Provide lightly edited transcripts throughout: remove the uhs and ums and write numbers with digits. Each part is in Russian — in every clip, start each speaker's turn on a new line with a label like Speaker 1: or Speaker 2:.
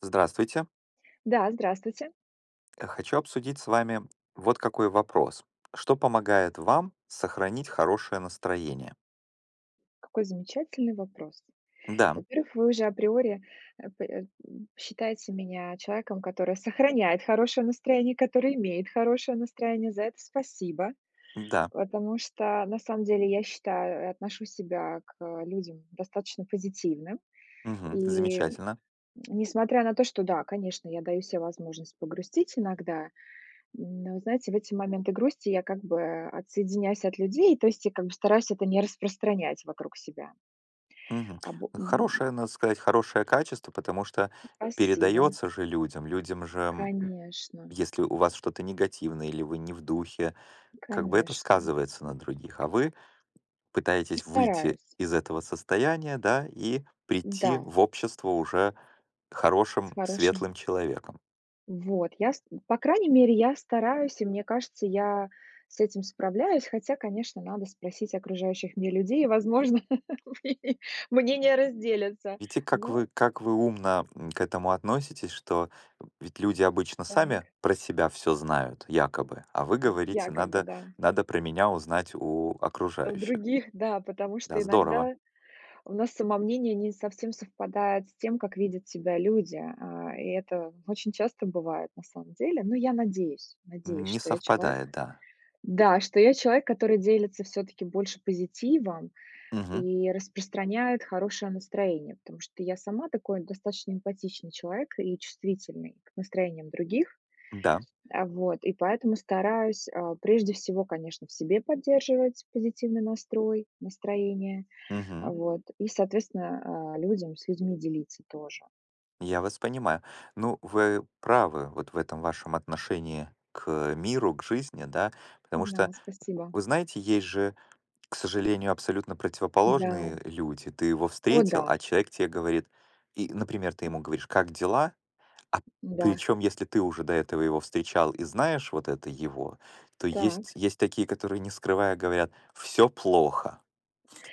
Speaker 1: Здравствуйте.
Speaker 2: Да, здравствуйте.
Speaker 1: Хочу обсудить с вами вот какой вопрос. Что помогает вам сохранить хорошее настроение?
Speaker 2: Какой замечательный вопрос.
Speaker 1: Да,
Speaker 2: Во-первых, вы уже априори считаете меня человеком, который сохраняет хорошее настроение, который имеет хорошее настроение. За это спасибо.
Speaker 1: да,
Speaker 2: Потому что, на самом деле, я считаю, и отношу себя к людям достаточно позитивным.
Speaker 1: мгм,
Speaker 2: И
Speaker 1: замечательно.
Speaker 2: несмотря на то, что, да, конечно, я даю себе возможность погрустить иногда, но, знаете, в эти моменты грусти я как бы отсоединяюсь от людей, то есть я как бы стараюсь это не распространять вокруг себя.
Speaker 1: Мгм.
Speaker 2: Або м,
Speaker 1: Хорошее, надо сказать, хорошее качество, потому что
Speaker 2: Спасибо.
Speaker 1: передается же людям. Людям же,
Speaker 2: Конечно,
Speaker 1: если у вас что-то негативное или вы не в духе, как бы это
Speaker 2: конечно.
Speaker 1: сказывается на других. А вы пытаетесь выйти
Speaker 2: Стараюсь.
Speaker 1: из этого состояния, да, и
Speaker 2: Да,
Speaker 1: прийти в общество уже
Speaker 2: с
Speaker 1: хорошим,
Speaker 2: хорошим.
Speaker 1: светлым человеком.
Speaker 2: Вот, по крайней мере, я стараюсь, и мне кажется, я с этим справляюсь, хотя, конечно, надо спросить окружающих мне людей, и, возможно, мнения мнения разделятся.
Speaker 1: Видите, как
Speaker 2: Но
Speaker 1: вы как вы умно, к этому относитесь, что ведь люди обычно
Speaker 2: так,
Speaker 1: сами про себя все знают якобы, а вы говорите:
Speaker 2: якобы,
Speaker 1: "Надо
Speaker 2: да.
Speaker 1: про меня узнать у
Speaker 2: У
Speaker 1: окружающих".
Speaker 2: других, да, потому
Speaker 1: Да,
Speaker 2: что
Speaker 1: здорово.
Speaker 2: иногда у нас самомнение не совсем совпадает с тем, как видят себя люди, а, и это очень часто бывает на самом деле. Но я надеюсь, надеюсь,
Speaker 1: Не
Speaker 2: что я человек.
Speaker 1: совпадает, да.
Speaker 2: Да, что я человек, который делится все-таки больше позитивом
Speaker 1: Мгм.
Speaker 2: и распространяет хорошее настроение, потому что я сама такой достаточно эмпатичный человек и чувствительный к настроениям других.
Speaker 1: Да.
Speaker 2: Вот, и поэтому стараюсь, прежде всего, конечно, в себе поддерживать позитивный настрой, настроение,
Speaker 1: Мгм.
Speaker 2: вот. И, соответственно, людям с людьми делиться тоже.
Speaker 1: Я вас понимаю. Ну, вы правы вот в этом вашем отношении к миру, к жизни, да, потому что,
Speaker 2: Да, спасибо.
Speaker 1: вы знаете, есть же, к сожалению, абсолютно
Speaker 2: Да.
Speaker 1: противоположные люди. Ты его
Speaker 2: О
Speaker 1: встретил,
Speaker 2: да,
Speaker 1: а человек тебе говорит, и, например, ты ему говоришь: как дела? А
Speaker 2: да.
Speaker 1: причем, если ты уже до этого его встречал и знаешь вот это его, то
Speaker 2: Так.
Speaker 1: есть, есть такие, которые, не скрывая, говорят: все плохо.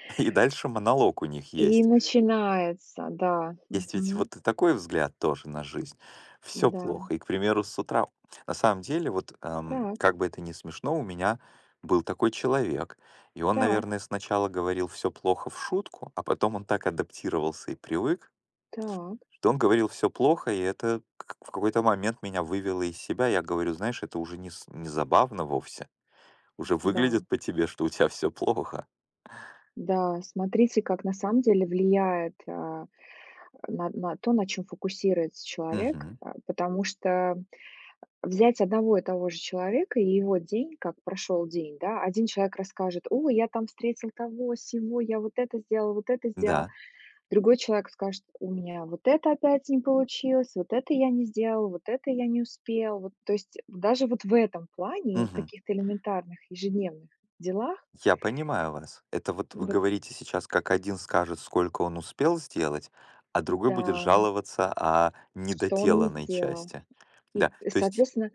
Speaker 1: И дальше монолог у них
Speaker 2: И
Speaker 1: есть.
Speaker 2: начинается, да,
Speaker 1: Есть ведь
Speaker 2: мгм,
Speaker 1: вот и такой взгляд тоже на жизнь. Все
Speaker 2: да.
Speaker 1: плохо. И, к примеру, с утра на самом деле, вот,
Speaker 2: Так,
Speaker 1: как бы это ни смешно, у меня был такой человек, и он,
Speaker 2: так,
Speaker 1: наверное, сначала говорил "все плохо" в шутку, а потом он так адаптировался и привык,
Speaker 2: так,
Speaker 1: что он говорил "все плохо", и это к в какой-то момент меня вывело из себя. Я говорю: "Знаешь, это уже не забавно вовсе. Уже
Speaker 2: да.
Speaker 1: выглядит по тебе, что у тебя все плохо".
Speaker 2: Да, смотрите, как на самом деле влияет, на то, на чем фокусируется человек,
Speaker 1: Мгм.
Speaker 2: потому что взять одного и того же человека и его день, как прошел день, да. Один человек расскажет: «О, я там встретил того, сего, я вот это сделал, вот это сделал».
Speaker 1: Да.
Speaker 2: Другой человек скажет: «У меня вот это опять не получилось, вот это я не сделал, вот это я не успел». Вот, то есть даже вот в этом плане и в
Speaker 1: Мгм.
Speaker 2: каких-то элементарных ежедневных делах,
Speaker 1: Я понимаю вас. Это вот вы
Speaker 2: вот
Speaker 1: говорите сейчас, как один скажет, сколько он успел сделать, а другой будет
Speaker 2: да,
Speaker 1: жаловаться о
Speaker 2: что он не
Speaker 1: недоделанной
Speaker 2: сделал.
Speaker 1: части.
Speaker 2: И,
Speaker 1: Да, то есть
Speaker 2: соответственно,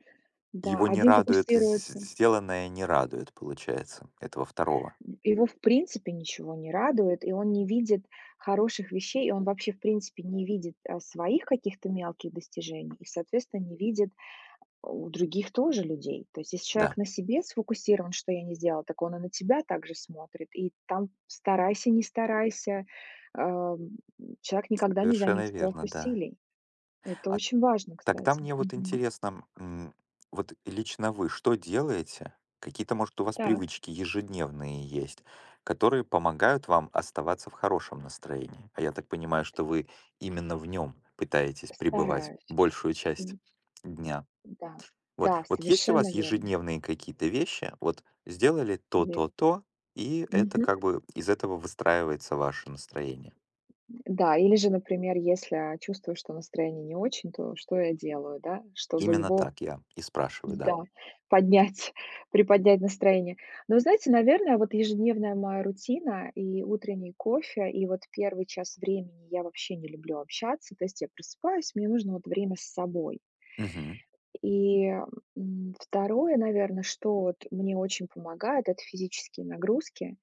Speaker 2: да,
Speaker 1: его не
Speaker 2: один
Speaker 1: радует,
Speaker 2: фокусируется,
Speaker 1: сделанное не радует, получается, этого второго.
Speaker 2: его в принципе ничего не радует, и он не видит хороших вещей, и он вообще в принципе не видит, своих каких-то мелких достижений и, соответственно, не видит у других тоже людей. То есть, если человек
Speaker 1: Да,
Speaker 2: на себе сфокусирован, что я не сделал, так он и на тебя также смотрит. И там старайся, не старайся, ам, человек никогда не
Speaker 1: совершенно
Speaker 2: заметит твоих
Speaker 1: верно, да.
Speaker 2: усилий. Это
Speaker 1: А
Speaker 2: очень важно,
Speaker 1: Тогда
Speaker 2: кстати.
Speaker 1: мне вот
Speaker 2: Мгм.
Speaker 1: интересно, вот лично вы что делаете? Какие-то, может, у вас
Speaker 2: Так.
Speaker 1: привычки ежедневные есть, которые помогают вам оставаться в хорошем настроении? А я так понимаю, что вы именно в нем пытаетесь пребывать
Speaker 2: Стараюсь.
Speaker 1: большую часть
Speaker 2: М,
Speaker 1: дня.
Speaker 2: Да,
Speaker 1: Вот,
Speaker 2: да,
Speaker 1: вот есть у вас
Speaker 2: совершенно верно.
Speaker 1: ежедневные какие-то вещи? Вот сделали то,
Speaker 2: Ве-
Speaker 1: то, то, и это
Speaker 2: Мгм.
Speaker 1: как бы из этого выстраивается ваше настроение.
Speaker 2: Да, или же, например, если чувствую, что настроение не очень, то что я делаю, да, чтобы
Speaker 1: Именно
Speaker 2: его.
Speaker 1: так я и спрашиваю, да.
Speaker 2: Да, поднять, приподнять настроение. Но вы знаете, наверное, вот ежедневная моя рутина и утренний кофе, и вот первый час времени я вообще не люблю общаться, то есть я просыпаюсь, мне нужно вот время с собой.
Speaker 1: Мгм.
Speaker 2: И второе, наверное, что вот мне очень помогает, это физические нагрузки.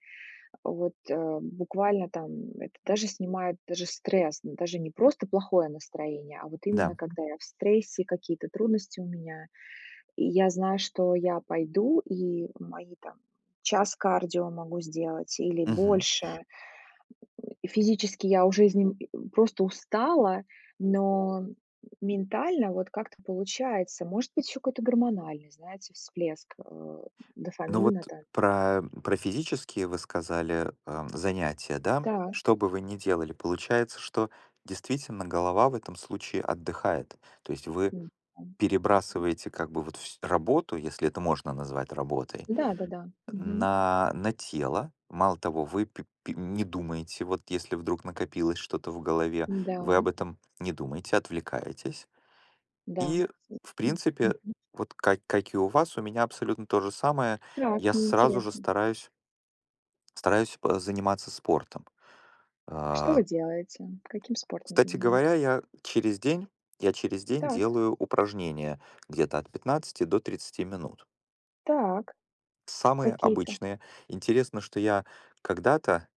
Speaker 2: Вот буквально там это даже снимает даже стресс, даже не просто плохое настроение, а вот именно
Speaker 1: Да.
Speaker 2: когда я в стрессе, какие-то трудности у меня, и я знаю, что я пойду, и мои там час кардио могу сделать или
Speaker 1: Мгм.
Speaker 2: больше. И физически я уже из ним просто устала, но ментально вот как-то получается. Может быть, еще какой-то гормональный, знаете, всплеск,
Speaker 1: Ну вот
Speaker 2: дофамина там.
Speaker 1: про физические вы сказали, занятия, да?
Speaker 2: Да.
Speaker 1: Что бы вы ни делали, получается, что действительно голова в этом случае отдыхает. То есть вы
Speaker 2: М,
Speaker 1: перебрасываете как бы вот работу, если это можно назвать работой,
Speaker 2: Да-да-да. Мгм.
Speaker 1: на тело. Мало того, вы не думаете, вот если вдруг накопилось что-то в голове,
Speaker 2: Да,
Speaker 1: вы об этом не думаете, отвлекаетесь.
Speaker 2: да.
Speaker 1: И, в принципе,
Speaker 2: Мгм.
Speaker 1: вот как и у вас, у меня абсолютно то же самое,
Speaker 2: Так,
Speaker 1: я
Speaker 2: мне
Speaker 1: сразу же
Speaker 2: интересно.
Speaker 1: стараюсь Стараюсь п заниматься спортом.
Speaker 2: Что
Speaker 1: А,
Speaker 2: вы делаете? Каким спортом
Speaker 1: Кстати
Speaker 2: занимаетесь?
Speaker 1: говоря, я через день,
Speaker 2: Так,
Speaker 1: делаю упражнения где-то от 15 до 30 минут.
Speaker 2: так,
Speaker 1: Самые
Speaker 2: какие-то.
Speaker 1: обычные. Интересно, что я когда-то,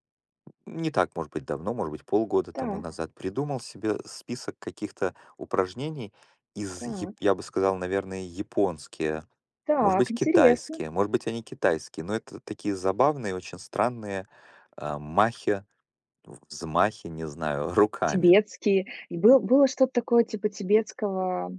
Speaker 1: не так, может быть, давно, может быть, полгода тому
Speaker 2: Так.
Speaker 1: назад, придумал себе список каких-то упражнений из, яп
Speaker 2: Так,
Speaker 1: я бы сказал, наверное, японские, может
Speaker 2: так,
Speaker 1: быть,
Speaker 2: интересно.
Speaker 1: китайские, может быть, они китайские, но это такие забавные, очень странные, махи, в взмахе, не знаю, руками.
Speaker 2: Тибетские. И было что-то такое типа тибетского,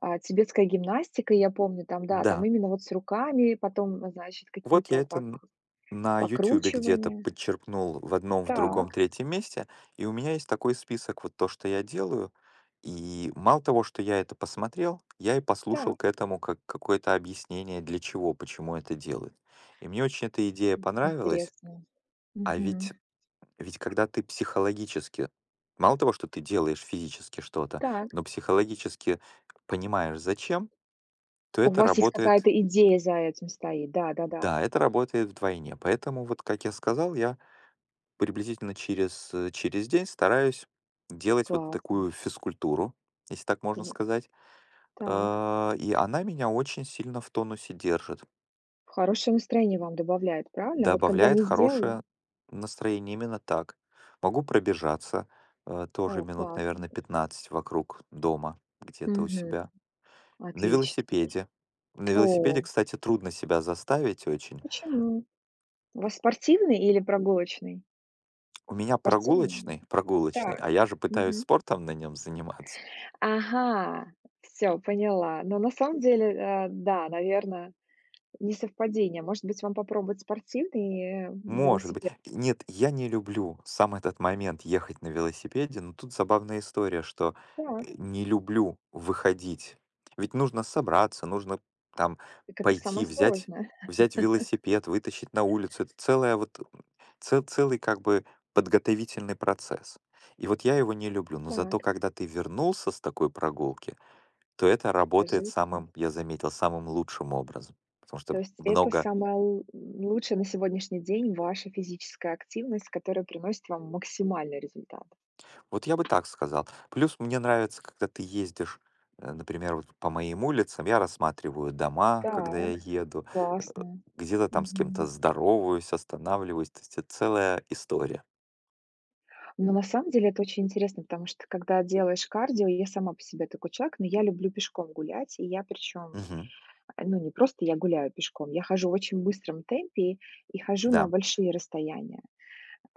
Speaker 2: тибетская гимнастика, я помню, там, да, там
Speaker 1: Да,
Speaker 2: именно вот с руками, потом, значит,
Speaker 1: вот я
Speaker 2: какие-то
Speaker 1: это
Speaker 2: пок
Speaker 1: на "Ютюбе" где-то
Speaker 2: покручивания.
Speaker 1: подчерпнул в одном, в другом,
Speaker 2: Так,
Speaker 1: третьем месте, и у меня есть такой список, вот то, что я делаю. И мало того, что я это посмотрел, я и послушал
Speaker 2: так,
Speaker 1: к этому как какое-то объяснение, для чего, почему это делают. И мне очень эта идея понравилась,
Speaker 2: интересно.
Speaker 1: а ведь,
Speaker 2: Мгм.
Speaker 1: ведь когда ты психологически, мало того, что ты делаешь физически что-то,
Speaker 2: Так.
Speaker 1: но психологически понимаешь, зачем, то
Speaker 2: У
Speaker 1: это
Speaker 2: вас есть
Speaker 1: работает.
Speaker 2: какая-то идея за этим стоит? Да-да-да,
Speaker 1: Да, это работает вдвойне. Поэтому, вот как я сказал, я приблизительно через день стараюсь делать вот
Speaker 2: классно.
Speaker 1: такую физкультуру, если так можно
Speaker 2: Тво
Speaker 1: сказать.
Speaker 2: так.
Speaker 1: И она меня очень сильно в тонусе держит.
Speaker 2: Хорошее настроение вам добавляет, правильно? Вот когда
Speaker 1: Добавляет
Speaker 2: не сделали?
Speaker 1: хорошее настроение, именно так. Могу пробежаться, тоже
Speaker 2: О,
Speaker 1: минут,
Speaker 2: классно.
Speaker 1: наверное, 15 вокруг дома, где-то у
Speaker 2: Мгм.
Speaker 1: себя. На
Speaker 2: Отлично.
Speaker 1: велосипеде. На велосипеде,
Speaker 2: О,
Speaker 1: кстати, трудно себя заставить очень.
Speaker 2: почему? У вас спортивный или прогулочный?
Speaker 1: У меня
Speaker 2: Спортивный.
Speaker 1: прогулочный,
Speaker 2: Так,
Speaker 1: а я же пытаюсь
Speaker 2: мгм.
Speaker 1: спортом на нем заниматься.
Speaker 2: Ага, Все, поняла. Но на самом деле, да, наверно, несовпадение. Может быть, вам попробовать спортивный,
Speaker 1: Может быть.
Speaker 2: велосипед?
Speaker 1: Нет, я не люблю сам этот момент ехать на велосипеде, но тут забавная история, что,
Speaker 2: Так,
Speaker 1: не люблю выходить. Ведь нужно собраться, нужно там
Speaker 2: так это
Speaker 1: пойти,
Speaker 2: самое
Speaker 1: взять,
Speaker 2: сложное.
Speaker 1: взять велосипед, вытащить на улицу. Это целая вот, целый как бы подготовительный процесс. И вот я его не люблю, но зато
Speaker 2: Так,
Speaker 1: когда ты вернулся с такой прогулки, то это работает
Speaker 2: кажется.
Speaker 1: самым, я заметил, самым лучшим образом. Потому что
Speaker 2: То есть это
Speaker 1: много...
Speaker 2: самая л лучшая на сегодняшний день ваша физическая активность, которая приносит вам максимальный результат.
Speaker 1: Вот я бы так сказал. Плюс мне нравится, когда ты ездишь, например, вот по моим улицам, я рассматриваю дома, когда я
Speaker 2: Так,
Speaker 1: еду, э,
Speaker 2: классно.
Speaker 1: где-то там с кем-то
Speaker 2: Мгм.
Speaker 1: здороваюсь, останавливаюсь. То есть это целая история.
Speaker 2: Но на самом деле это очень интересно, потому что когда делаешь кардио, я сама по себе такой человек, но я люблю пешком гулять, и я причем,
Speaker 1: Мгм.
Speaker 2: ну не просто я гуляю пешком, я хожу в очень быстром темпе и хожу на
Speaker 1: Да.
Speaker 2: большие расстояния.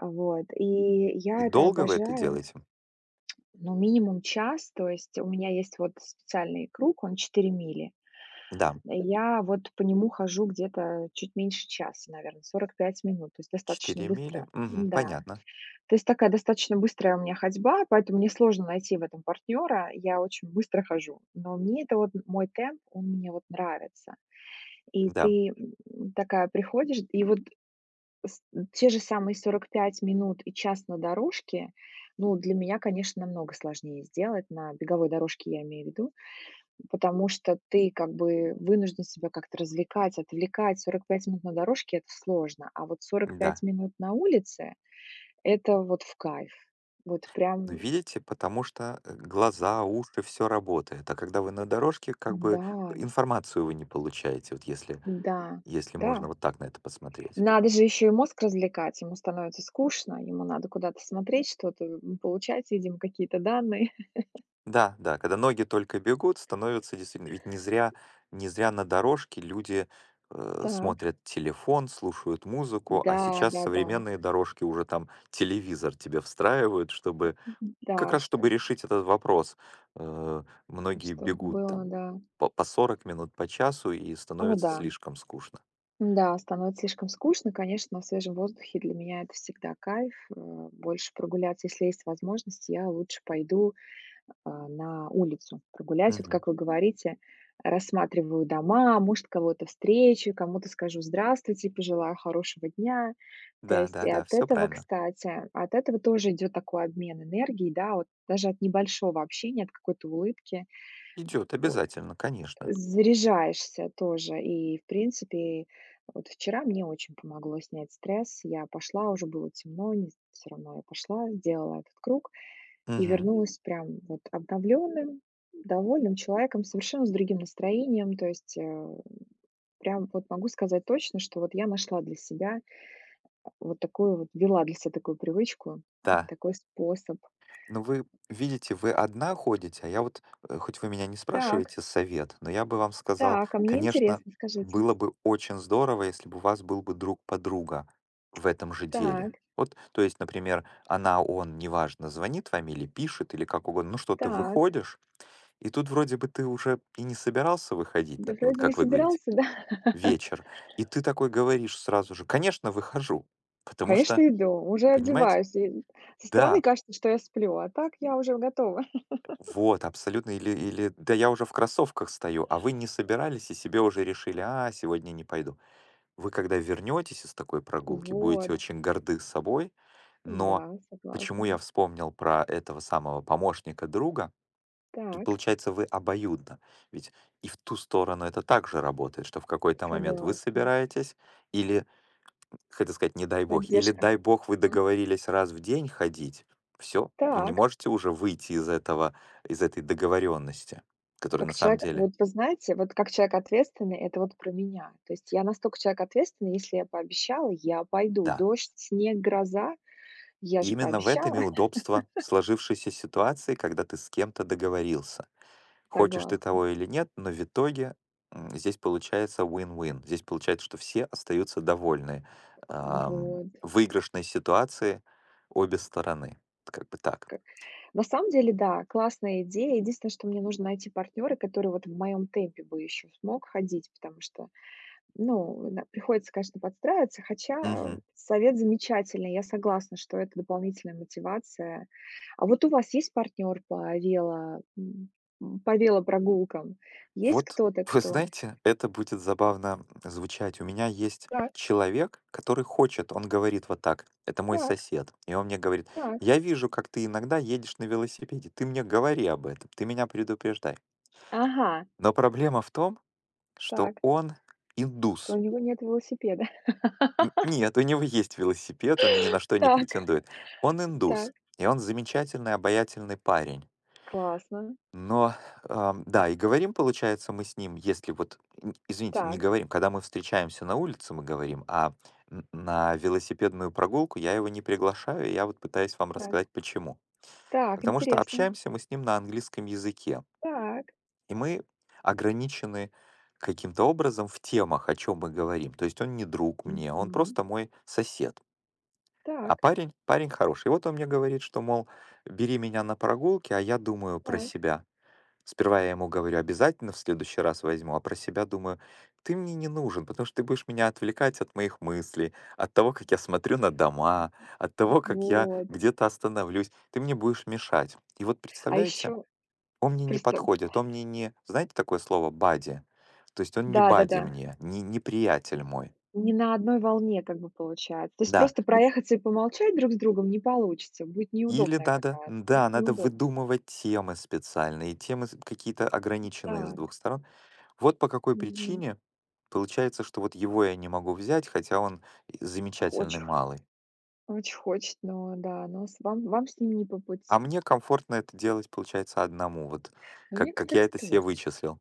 Speaker 2: Вот. И
Speaker 1: И
Speaker 2: я это
Speaker 1: долго вы это
Speaker 2: обожаю,
Speaker 1: делаете?
Speaker 2: ну, минимум час, то есть у меня есть вот специальный круг, он 4 мили.
Speaker 1: Да.
Speaker 2: Я вот по нему хожу где-то чуть меньше часа, наверное, 45 минут, то есть достаточно
Speaker 1: 4 мили?
Speaker 2: быстро.
Speaker 1: Мгм.
Speaker 2: Да,
Speaker 1: Понятно.
Speaker 2: то есть такая достаточно быстрая у меня ходьба, поэтому мне сложно найти в этом партнера. Я очень быстро хожу, но мне это вот мой темп, он мне вот нравится. И
Speaker 1: Да.
Speaker 2: ты, такая приходишь, и вот с те же самые 45 минут и час на дорожке, ну, для меня, конечно, намного сложнее сделать, на беговой дорожке я имею в виду, потому что ты как бы вынужден себя как-то развлекать, отвлекать. 45 минут на дорожке — это сложно, а вот сорок пять
Speaker 1: Да.
Speaker 2: минут на улице это вот в кайф. Вот
Speaker 1: Ну,
Speaker 2: прям,
Speaker 1: видите, потому что, глаза, уши, все работает. А когда вы на дорожке, как бы
Speaker 2: да,
Speaker 1: информацию вы не получаете, вот если,
Speaker 2: да,
Speaker 1: если
Speaker 2: да.
Speaker 1: можно вот так на это посмотреть.
Speaker 2: Надо же еще и мозг развлекать. Ему становится скучно, ему надо куда-то смотреть, что-то, получать, видимо, какие-то данные.
Speaker 1: Да, да, когда ноги только бегут, становится действительно... Ведь не зря, не зря на дорожке люди,
Speaker 2: Так.
Speaker 1: смотрят телефон, слушают музыку, а
Speaker 2: Да,
Speaker 1: сейчас
Speaker 2: да-да, да,
Speaker 1: современные дорожки уже там телевизор тебе встраивают, чтобы... Как
Speaker 2: да,
Speaker 1: раз
Speaker 2: что
Speaker 1: чтобы решить этот вопрос, э, многие
Speaker 2: чтоб
Speaker 1: бегут
Speaker 2: было,
Speaker 1: там
Speaker 2: да.
Speaker 1: по 40 минут, по часу, и
Speaker 2: О
Speaker 1: становится
Speaker 2: да,
Speaker 1: слишком скучно.
Speaker 2: да, становится слишком скучно, конечно, на свежем воздухе для меня это всегда кайф. Больше прогуляться, если есть возможность, я лучше пойду, на улицу прогуляюсь. Вот
Speaker 1: Мгм.
Speaker 2: как вы говорите, рассматриваю дома, может, кого-то встречу, кому-то скажу здравствуйте, пожелаю хорошего дня. То есть и
Speaker 1: Да-да-да,
Speaker 2: от
Speaker 1: все
Speaker 2: этого,
Speaker 1: правильно.
Speaker 2: кстати, от этого тоже идет такой обмен энергией, да, вот даже от небольшого общения, от какой-то улыбки
Speaker 1: Идет
Speaker 2: о,
Speaker 1: обязательно, конечно.
Speaker 2: заряжаешься тоже. И, в принципе, вот вчера мне очень помогло снять стресс. Я пошла, уже было темно, все равно я пошла, сделала этот круг. И
Speaker 1: Мгм.
Speaker 2: вернулась прям вот обновленным, довольным человеком, совершенно с другим настроением. То есть прям вот могу сказать точно, что вот я нашла для себя вот такую вот, вела для себя такую привычку,
Speaker 1: Да.
Speaker 2: такой способ.
Speaker 1: Ну, вы видите, вы одна ходите, а я вот, хоть вы меня не
Speaker 2: Так,
Speaker 1: спрашиваете совет, но я бы вам сказал,
Speaker 2: так, а мне
Speaker 1: конечно,
Speaker 2: интересно, скажите.
Speaker 1: было бы очень здорово, если бы у вас был бы друг, подруга в этом же деле.
Speaker 2: Так,
Speaker 1: Вот, то есть, например, она, он, неважно, звонит вам или пишет, или как угодно, ну что, ты
Speaker 2: так,
Speaker 1: выходишь, и тут вроде бы ты уже и не собирался выходить,
Speaker 2: да
Speaker 1: да, вот
Speaker 2: вроде не
Speaker 1: как вы говорите,
Speaker 2: собирался, да?
Speaker 1: вечер, и ты такой говоришь сразу же: конечно, выхожу, потому что,
Speaker 2: Конечно, иду, уже
Speaker 1: понимаете,
Speaker 2: одеваюсь. И со стороны
Speaker 1: да,
Speaker 2: кажется, что я сплю, а так я уже готова.
Speaker 1: вот, абсолютно. Или да, я уже в кроссовках стою, а вы не собирались и себе уже решили: сегодня не пойду. Вы когда вернетесь из такой прогулки, будете
Speaker 2: Вот,
Speaker 1: очень горды собой, но
Speaker 2: да,
Speaker 1: почему я
Speaker 2: согласна.
Speaker 1: вспомнил про этого самого помощника друга, тут
Speaker 2: Так,
Speaker 1: получается вы обоюдно. Ведь и в ту сторону это также работает, что в какой-то момент вы
Speaker 2: согласна.
Speaker 1: собираетесь или хотел сказать, не дай бог. Или
Speaker 2: Поддержка.
Speaker 1: дай бог, вы договорились раз в день ходить. Все, вы не
Speaker 2: Так,
Speaker 1: можете уже выйти из этого, из этой договоренности, которая на
Speaker 2: как
Speaker 1: самом
Speaker 2: человек,
Speaker 1: деле,
Speaker 2: вот вы знаете, вот как человек ответственный, это вот про меня. То есть я настолько человек ответственный, если я пообещала, я пойду.
Speaker 1: да.
Speaker 2: Дождь, снег, гроза, я
Speaker 1: И
Speaker 2: же
Speaker 1: именно в этом и
Speaker 2: пообещала.
Speaker 1: удобство сложившейся ситуации, когда ты с кем-то договорился. Хочешь ты
Speaker 2: Согласна.
Speaker 1: того или нет, но в итоге, здесь получается win-win. Здесь получается, что все остаются довольны.
Speaker 2: Вот.
Speaker 1: В выигрышной ситуации обе стороны. Как бы так.
Speaker 2: Как- На самом деле, да, классная идея. Единственное, что мне нужно найти партнера, который вот в моем темпе бы еще смог ходить, потому что, ну, приходится, конечно, подстраиваться, хотя
Speaker 1: Мгм.
Speaker 2: совет замечательный. Я согласна, что это дополнительная мотивация. А вот у вас есть партнер по по велопрогулкам? Есть
Speaker 1: Вот,
Speaker 2: кто-то,
Speaker 1: вы
Speaker 2: кто.
Speaker 1: знаете, это будет забавно звучать. У меня есть
Speaker 2: Так,
Speaker 1: человек, который хочет, он говорит вот так, это мой
Speaker 2: так,
Speaker 1: сосед, и он мне говорит:
Speaker 2: так.
Speaker 1: я вижу, как ты иногда едешь на велосипеде, ты мне говори об этом, ты меня предупреждай.
Speaker 2: Ага,
Speaker 1: Но проблема в том, что
Speaker 2: так,
Speaker 1: он
Speaker 2: что у
Speaker 1: индус.
Speaker 2: него нет велосипеда.
Speaker 1: Нет, у него есть велосипед, он ни на что не
Speaker 2: Так,
Speaker 1: претендует. Он индус,
Speaker 2: так,
Speaker 1: и он замечательный, обаятельный парень.
Speaker 2: классно.
Speaker 1: Но,
Speaker 2: А,
Speaker 1: да, и говорим, получается, мы с ним, если вот, извините, не
Speaker 2: так,
Speaker 1: говорим, когда мы встречаемся на улице, мы говорим, а на велосипедную прогулку я его не приглашаю, и я вот пытаюсь вам
Speaker 2: так,
Speaker 1: рассказать, почему.
Speaker 2: так,
Speaker 1: Потому что
Speaker 2: интересно.
Speaker 1: общаемся мы с ним на английском языке,
Speaker 2: Так.
Speaker 1: и мы ограничены каким-то образом в темах, о чем мы говорим. То есть он не друг мне, он
Speaker 2: Мгм.
Speaker 1: просто мой сосед. А
Speaker 2: Так,
Speaker 1: парень, парень хороший. И вот он мне говорит, что, мол, бери меня на прогулки, а я думаю про
Speaker 2: так.
Speaker 1: себя. Сперва я ему говорю: "Обязательно в следующий раз возьму". А про себя думаю: "Ты мне не нужен, потому что ты будешь меня отвлекать от моих мыслей, от того, как я смотрю на дома, от того, как я
Speaker 2: Вот.
Speaker 1: где-то остановлюсь. Ты мне будешь мешать". И вот
Speaker 2: А
Speaker 1: представляете,
Speaker 2: еще
Speaker 1: он мне не
Speaker 2: просто
Speaker 1: подходит, он мне, не знаете такое слово, бади. То есть он не бади
Speaker 2: да-да-да,
Speaker 1: мне, не приятель мой.
Speaker 2: не на одной волне как бы получается. То есть
Speaker 1: Да.
Speaker 2: просто проехаться и помолчать друг с другом не получится, будет
Speaker 1: Или
Speaker 2: неудобная
Speaker 1: надо,
Speaker 2: какая-то, да,
Speaker 1: да, надо
Speaker 2: неудобно.
Speaker 1: выдумывать темы специальные, темы с какие-то ограниченные с двух
Speaker 2: Так.
Speaker 1: сторон. Вот по какой
Speaker 2: Мгм.
Speaker 1: причине получается, что вот его я не могу взять, хотя он и замечательный
Speaker 2: Х
Speaker 1: малый.
Speaker 2: очень хочет, но да, но с вам вам с ним не по
Speaker 1: А
Speaker 2: пути.
Speaker 1: мне комфортно это делать, получается, одному, вот
Speaker 2: Но мне,
Speaker 1: как я
Speaker 2: кстати,
Speaker 1: это себе
Speaker 2: тоже.
Speaker 1: вычислил.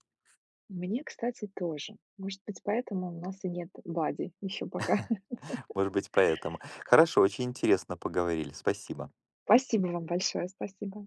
Speaker 2: Мне, кстати, тоже. Может быть, поэтому у нас и нет Бади еще пока.
Speaker 1: Может быть, поэтому. Хорошо, очень интересно поговорили. Спасибо.
Speaker 2: Спасибо вам большое, спасибо.